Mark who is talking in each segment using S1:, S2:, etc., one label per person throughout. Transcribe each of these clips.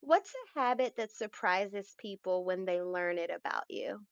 S1: What's a habit that surprises people when they learn it about you?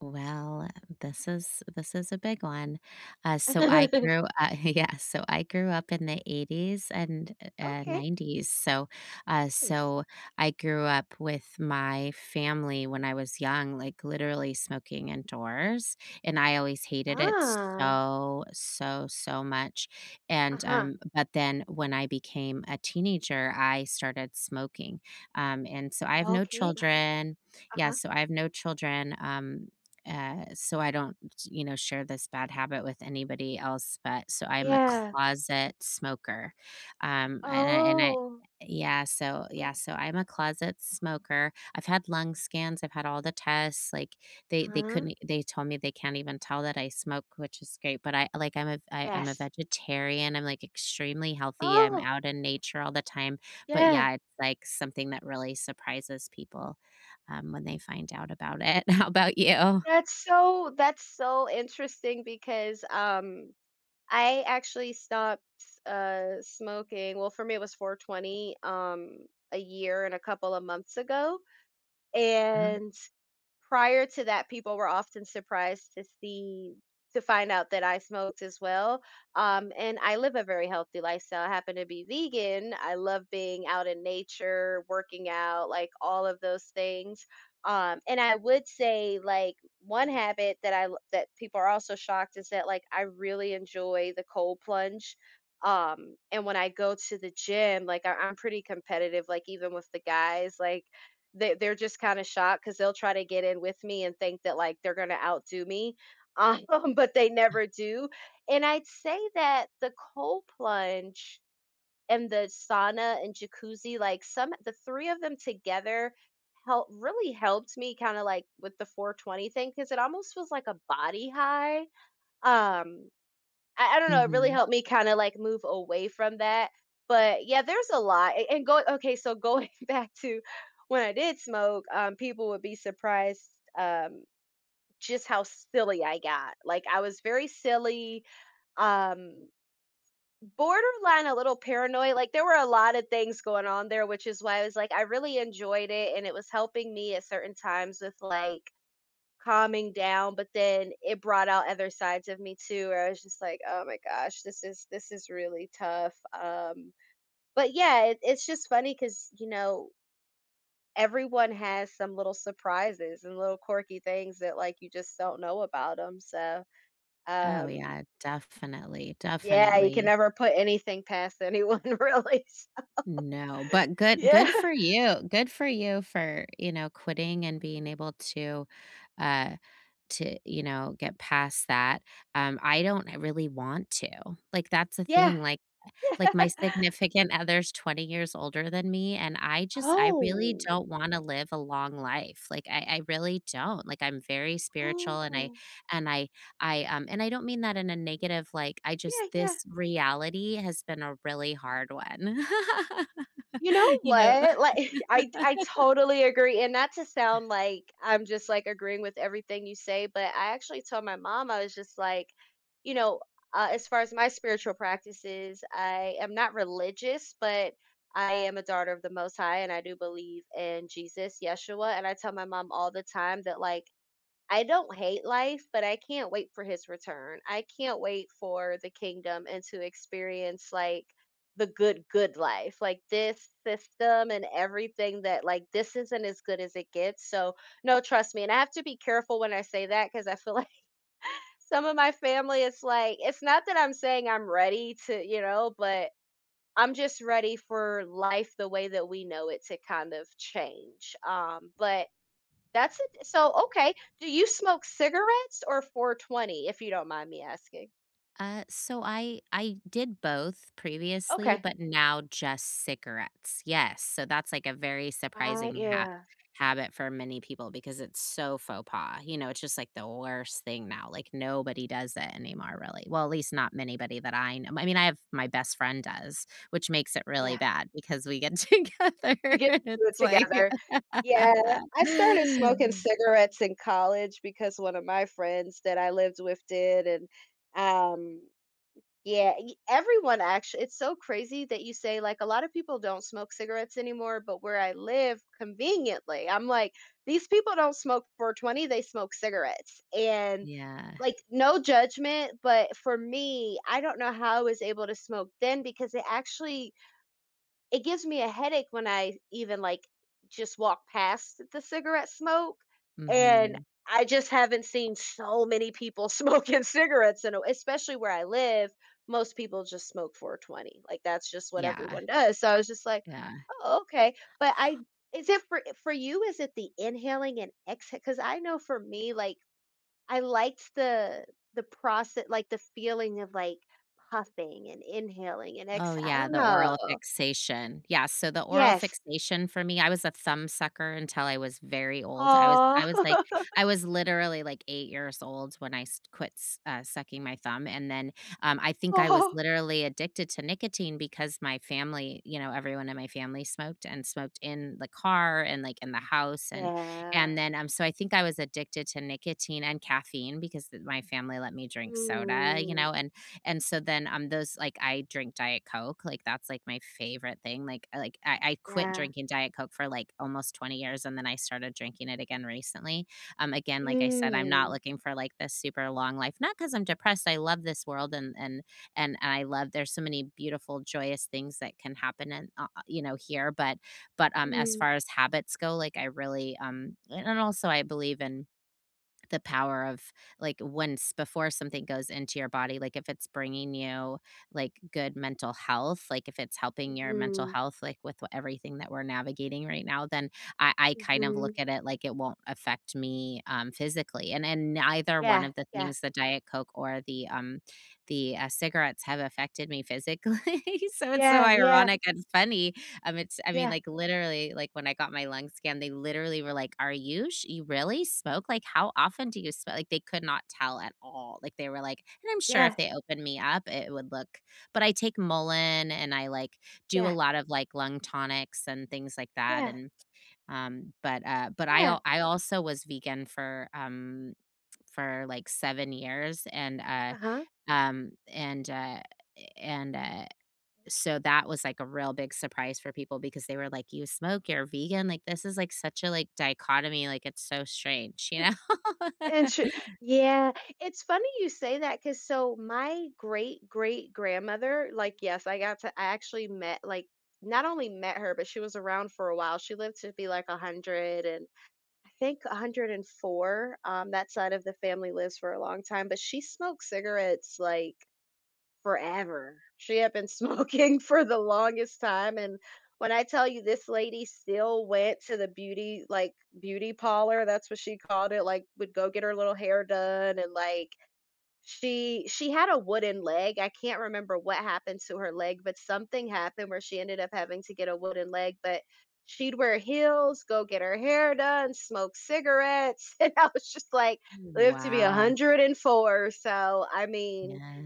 S2: Well, this is a big one. So I grew yeah, so I grew up in the 80s and
S1: Okay,
S2: 90s. So uh,
S1: nice.
S2: so I grew up with my family when I was young, like literally smoking indoors, and I always hated it
S1: Ah,
S2: so, so, so much. And
S1: uh-huh.
S2: but then when I became a teenager, I started smoking. And so I have no
S1: Okay,
S2: children, yeah,
S1: uh-huh.
S2: so I have no children so I don't, share this bad habit with anybody else, but so I'm a
S1: Yeah.
S2: closet smoker. Um, and I, and I,
S1: Oh,
S2: yeah, so I'm a closet smoker. I've had lung scans, I've had all the tests. Like they
S1: huh?
S2: couldn't e, they told me they can't even tell that I smoke, which is great, but I like I'm a I'm a
S1: Yes.
S2: vegetarian. I'm like extremely healthy. I'm
S1: Oh,
S2: out in nature all the time. But
S1: yeah.
S2: yeah, it's like something that really surprises people when they find out about it. How about you?
S1: That's so interesting because I actually stopped smoking. Well, for me it was 420, a year and a couple of months ago.
S2: Uh-huh.
S1: And prior to that, people were often surprised to find out that I smoked as well. And I live a very healthy lifestyle. I happen to be vegan. I love being out in nature, working out, like all of those things. And I would say like one habit that that people are also shocked is that like I really enjoy the cold plunge. And when I go to the gym, like I'm pretty competitive, like even with the guys, like they're just kinda shocked because 'cause they'll try to get in with me and think that, like, they're gonna outdo me, um, but they never do, and I'd say that the cold plunge and the sauna and jacuzzi, like, some the three of them together help really helped me kinda, like, with the 420 thing because it almost feels like a body high, um I don't know, it really
S2: Mhm.
S1: helped me kinda, like, move away from that, but yeah, there's a lot, a and go okay, so going back to when I did smoke, people would be surprised, um, just how silly I got, like, I was very silly, um, borderline a little paranoid, like, there were a lot of things going on there, which is why I was like, I really enjoyed it, and it was helping me at certain times with, like, calming down, but then it brought out other sides of me too, where I was just like, "Oh my gosh, this is really tough." But yeah, it's just funny because everyone has some little surprises and little quirky things that like you just don't know about them. So,
S2: Oh,
S1: um,
S2: yeah, definitely,
S1: yeah, you can
S2: definitely.
S1: never put anything past anyone, really. So,
S2: No, but good
S1: yeah,
S2: good for you. Good for, you know, quitting and being able uh, to, you know, get past that. I don't really want to. Like, that's the
S1: yeah.
S2: thing, like, my significant other's 20 years older than me, and I just I really
S1: Oh,
S2: don't wanna live a long life, like, I really don't, like, I'm very spiritual, and
S1: oh,
S2: and I I, and I don't mean that in a negative, like, I just
S1: yeah, yeah.
S2: this reality has been a really hard one.
S1: You know
S2: You know
S1: what? Like I totally agree, and not to sound like I'm just, like, agreeing with everything you say, but I actually told my mom, I was just like, you know, as far as my spiritual practices, I am not religious, but I am a daughter of the Most High, and I do believe in Jesus, Yeshua, and I tell my mom all the time that, like, I don't hate life, but I can't wait for his return. I can't wait for the kingdom and to experience like the good, good life, like this system and everything that like this isn't as good as it gets. So, no, trust me. And I have to be careful when I say that because I feel like some of my family, it's like, it's not that I'm saying I'm ready to, but I'm just ready for life the way that we know it to kind of change. But that's it so, okay. Do you smoke cigarettes or 420, if you don't mind me asking?
S2: So I did both previously,
S1: Okay.
S2: but now just cigarettes. Yes, so that's like a very
S1: Ah,
S2: surprising
S1: yeah,
S2: habit for many people because it's so faux pas. You know, it's just like the worst thing now. Like nobody does it anymore, really. Well, at least not anybody that I know. I mean, I have my best friend does, which makes it really
S1: yeah.
S2: bad because we get together
S1: You get
S2: and
S1: to do it
S2: it's like,
S1: together. Yeah, I started smoking cigarettes in college because one of my friends that I lived with did, and, um yeah, everyone actually, it's so crazy that you say, like, a lot of people don't smoke cigarettes anymore, but where I live, conveniently, I'm like, these people don't smoke 420, they smoke cigarettes. And
S2: yeah,
S1: like, no judgment, but for me, I don't know how I was able to smoke then because it actually, it gives me a headache when I even like just walk past the cigarette smoke. And
S2: hmm,
S1: I just haven't seen so many people smoking cigarettes, and especially where I live, most people just smoke 420. Like that's just what
S2: yeah,
S1: everyone does. So I was just like,
S2: yeah.
S1: oh, okay. But is it for you? Is it the inhaling and exhale? Because I know for me, like I liked the process, like the feeling of like puffing and inhaling and
S2: Oh,
S1: exhale. I
S2: yeah,
S1: don't
S2: the oral
S1: know.
S2: fixation. Yeah, so the oral
S1: Yes,
S2: fixation for me, I was a thumb sucker until I was very old. I was
S1: aw.
S2: I was like I was literally like 8 years old when I s quit s sucking my thumb, and then, I think I was
S1: Oo.
S2: literally addicted to nicotine because my family, you know, everyone in my family smoked and smoked in the car and, like, in the house,
S1: Yeah.
S2: and then, so I think I was addicted to nicotine and caffeine because th my family let me drink soda, you
S1: Mm.
S2: know, and so then those like I drink Diet Coke. Like that's like my favorite thing. Like I like I quit
S1: Yeah.
S2: drinking Diet Coke for like almost 20 years and then I started drinking it again recently. Again, like I said, I'm not
S1: Mm.
S2: looking for like this super long life. Not because I'm depressed. I love this world and and I love there's so many beautiful, joyous things that can happen and you know, here. But as
S1: Mm.
S2: far as habits go, like I really and also I believe in the power of like once before something goes into your body, like if it's bringing you like good mental health, like if it's helping your mental
S1: Mhm.
S2: health, like with everything that we're navigating right now, then I kind of look
S1: Mhm.
S2: at it like it won't affect me physically, and neither one
S1: Yeah,
S2: of the
S1: yeah.
S2: things, the Diet Coke or the cigarettes have affected me physically so it's so
S1: Yeah, yeah,
S2: ironic and funny. It's, I mean,
S1: yeah,
S2: like, literally, like, when I got my lung scan, they literally were like, "Are you sh you really smoke? Like, how often do you smoke?" Like, they could not tell at all. Like, they were like, and I'm sure
S1: yeah,
S2: if they opened me up, it would look, but I take Mullen and I, like, do a
S1: yeah,
S2: lot of, like, lung tonics and things like that,
S1: yeah,
S2: and, but
S1: yeah.
S2: I also was vegan for, like, 7 years and,
S1: Uh-huh.
S2: um, and, uh, and, uh so that was like a real big surprise for people because they were like, "You smoke, you're vegan?" Like, this is like such a like dichotomy, like it's so strange, you know?
S1: And she yeah. It's funny you say that, cause so my great-great-grandmother, like, yes, I got to I actually met, like, not only met her, but she was around for a while. She lived to be, like, 100 and I think 104, that side of the family lives for a long time, but she smoked cigarettes, like, forever. She had been smoking for the longest time, and when I tell you this lady still went to the beauty parlor, that's what she called it, like, would go get her little hair done and, like, she had a wooden leg, I can't remember what happened to her leg, but something happened where she ended up having to get a wooden leg, but she'd wear heels, go get her hair done, smoke cigarettes, and I was just like, "Live to be
S2: Wow.
S1: 104." So, I mean,
S2: Yeah.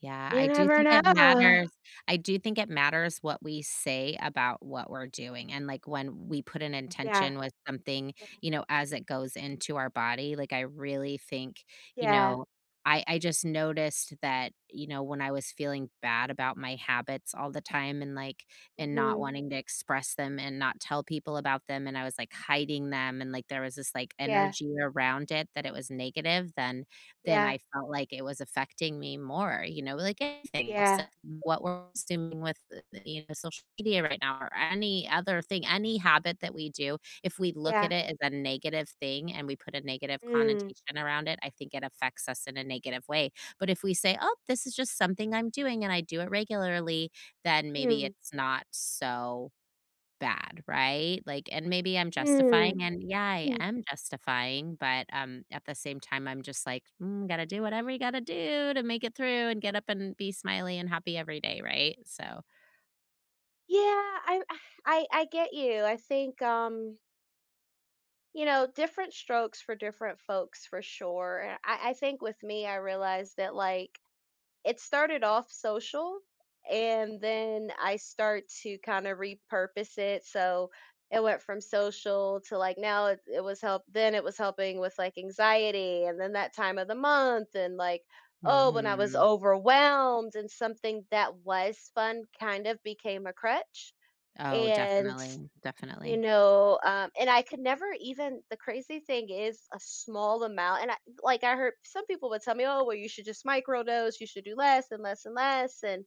S2: Yeah,
S1: you
S2: I do
S1: never
S2: think it
S1: know.
S2: matters I do think it matters what we say about what we're doing, and, like, when we put an
S1: Yeah,
S2: intention with something, you know, as it goes into our body, like, I really think, you
S1: yeah,
S2: know, I just noticed that, you know, when I was feeling bad about my habits all the time and, like and not
S1: mhm,
S2: wanting to express them and not tell people about them, and I was, like, hiding them, and, like, there was this, like,
S1: yeah,
S2: energy around it that it was negative, then
S1: yeah,
S2: I felt like it was affecting me more, you know, like anything else,
S1: yeah,
S2: like what we're consuming with, you know, social media right now or any other thing, any habit that we do, if we look
S1: yeah,
S2: at it as a negative thing and we put a negative
S1: mm,
S2: connotation around it, I think it affects us in a negative way. But if we say, oh, this is just something I'm doing and I do it regularly, then maybe
S1: mm,
S2: it's not so bad, right? Like and maybe I'm
S1: mm,
S2: justifying and yeah, I
S1: mm.
S2: am justifying, but, at the same time, I'm just like, "Mm, gotta do whatever you gotta do to make it through and get up and be smiley and happy every day," right? So
S1: Yeah, I I get you, I think, you know, different strokes for different folks for sure. And I think with me, I realized that like it started off social and then I start to kind of repurpose it. So it went from social to like now it was help then it was helping with like anxiety and then that time of the month and like oh when I was
S2: mhm.
S1: overwhelmed and something that was fun kind of became a crutch.
S2: Oh,
S1: And
S2: definitely,
S1: you
S2: definitely.
S1: know, um, and I could never even the crazy thing is a small amount, and I heard some people would tell me, "Oh, well, you should just microdose. You should do less and less and less." And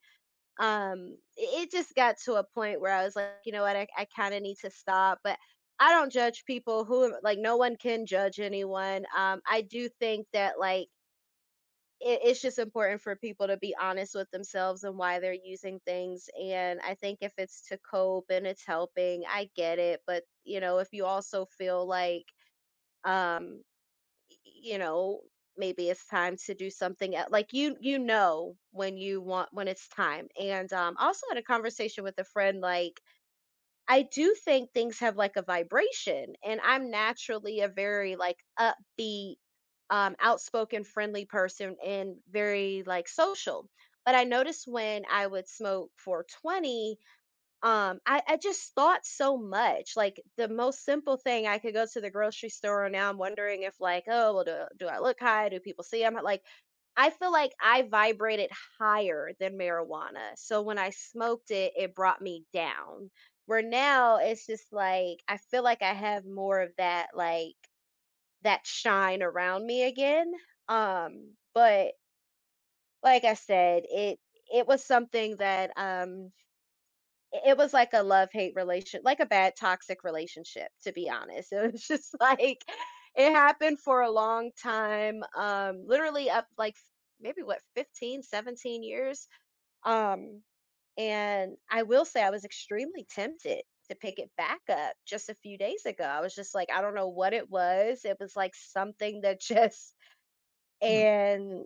S1: it just got to a point where I was like, you know what, I kind of need to stop. But I don't judge people who like no one can judge anyone. I do think that like it's just important for people to be honest with themselves and why they're using things. And I think if it's to cope and it's helping, I get it. But, you know, if you also feel like, um, you know, maybe it's time to do something else. Like you know, when you want, when it's time. And I also had a conversation with a friend, like, I do think things have, like, a vibration, and I'm naturally a very, like, upbeat, outspoken, friendly person and very, like, social, but I noticed when I would smoke 420, I just thought so much, like, the most simple thing I could go to the grocery store, and now I'm wondering if, like, "Oh, well, do I look high? Do people see I'm like, I feel like I vibrated higher than marijuana. So when I smoked it, it brought me down. Where now it's just like I feel like I have more of that like that shine around me again. But like I said, it was something that I it was like a love-hate relation like a bad toxic relationship, to be honest. It was just like it happened for a long time, literally up like f maybe what, 15, 17 years? Um, and I will say I was extremely tempted to pick it back up just a few days ago. I was just like, I don't know what it was. It was like something that just
S2: Mm.
S1: and,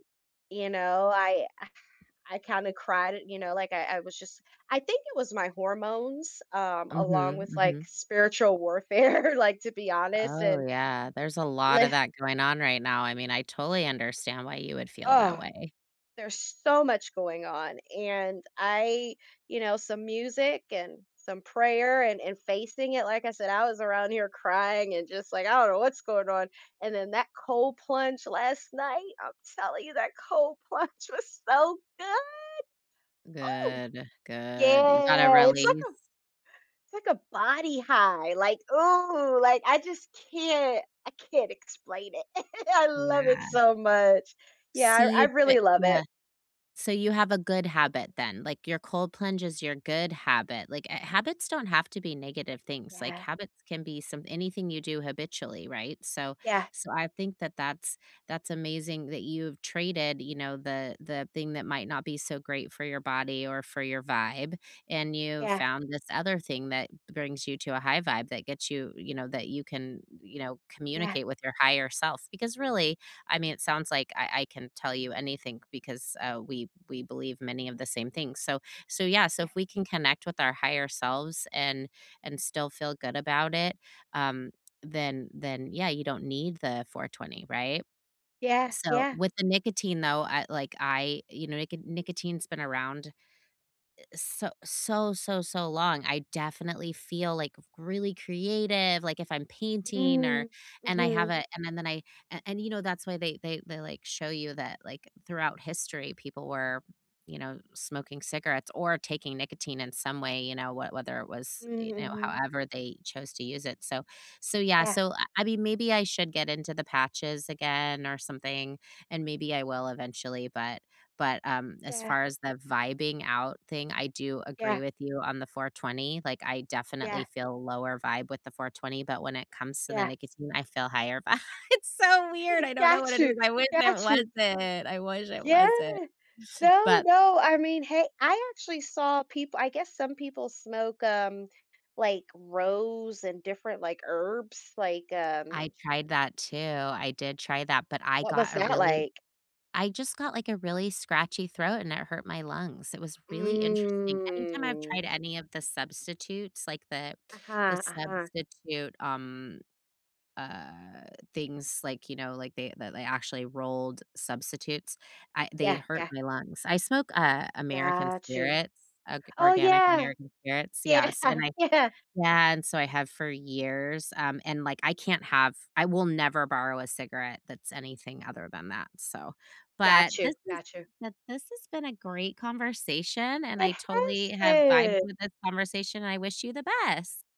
S1: you know, I I kind of cried, like I was just, I think it was my hormones, along
S2: Mhm,
S1: with like
S2: mhm.
S1: spiritual warfare, like to be honest.
S2: Oh,
S1: And
S2: yeah, there's a lot of
S1: li-
S2: that going on right now. I mean, I totally understand why you would feel that
S1: oh,
S2: way.
S1: there's so much going on. And some music and some prayer and facing it. Like I said, I was around here crying and just like, I don't know what's going on. And then that cold plunge last night, I'm telling you, that cold plunge was so good. Oh,
S2: Good, good. You gotta
S1: yeah. It's like
S2: release.
S1: It's like a body high. Like, ooh, like, I just can't, I can't explain it. I love it
S2: Yeah.
S1: so much. Yeah,
S2: See
S1: I
S2: you t
S1: really love
S2: yeah.
S1: it.
S2: So you have a good habit then, like, your cold plunge is your good habit, like, eh, habits don't have to be negative things, like,
S1: Yeah.
S2: habits can be some anything you do habitually, right? So
S1: Yeah.
S2: I think that that's amazing that you've traded, you know, the thing that might not be so great for your body or for your vibe, and you
S1: Yeah.
S2: found this other thing that brings you to a high vibe that gets you, you know, that you can, you know,
S1: Yeah.
S2: communicate with your higher self because really, I mean, it sounds like I can tell you anything because we believe many of the same things. So So
S1: Yeah.
S2: if we can connect with our higher selves and still feel good about it, um, then yeah, you don't need the 420, right?
S1: Yeah.
S2: So
S1: Yeah.
S2: with the nicotine though, you know, nicotine's been around so so so so long. I definitely feel, like, really creative, like, if I'm painting or
S1: Mm.
S2: and I have
S1: Mhm.
S2: a and you know, that's why they like, show you that, like, throughout history, people were, you know, smoking cigarettes or taking nicotine in some way, you know, what whether it was, you know,
S1: Mhm.
S2: however they chose to use it. So
S1: Yeah.
S2: I mean, maybe I should get into the patches again or something, and maybe I will eventually, but, as
S1: Yeah.
S2: far as the vibing out thing, I do agree
S1: Yeah.
S2: with you on the 420, like, I
S1: Yeah.
S2: definitely feel lower vibe with the 420, but when it comes to the
S1: Yeah.
S2: nicotine, I feel higher vibe. It's so weird, I don't know what
S1: Got
S2: it
S1: you.
S2: is, I wish it
S1: Got you.
S2: wasn't, I wish it
S1: Yeah.
S2: wasn't.
S1: No,
S2: But
S1: no, I mean, hey, I actually saw people I guess some people smoke, like, rose and different, like, herbs, like,
S2: I tried that too, I did try that, but I
S1: what was
S2: got a
S1: that
S2: really,
S1: like?
S2: I just got, like, a really scratchy throat and it hurt my lungs, it was really interesting. Anytime I've
S1: Mm.
S2: tried any of the substitutes, like the
S1: Uh-huh, uh-huh.
S2: substitute, uh things like, you know, like they, that they actually rolled substitutes, I they
S1: Yeah,
S2: hurt
S1: yeah,
S2: my lungs. I smoke American
S1: got you.
S2: Spirits,
S1: Oh,
S2: organic
S1: yeah,
S2: American Spirits,
S1: yeah,
S2: yes, and I
S1: yeah,
S2: yeah, and so I have for years, and like I can't have, I will never borrow a cigarette that's anything other than that. So but
S1: got you,
S2: this is,
S1: got you.
S2: that this has been a great conversation and
S1: It
S2: I totally
S1: has
S2: have vibed
S1: been.
S2: with this conversation and I wish you the best.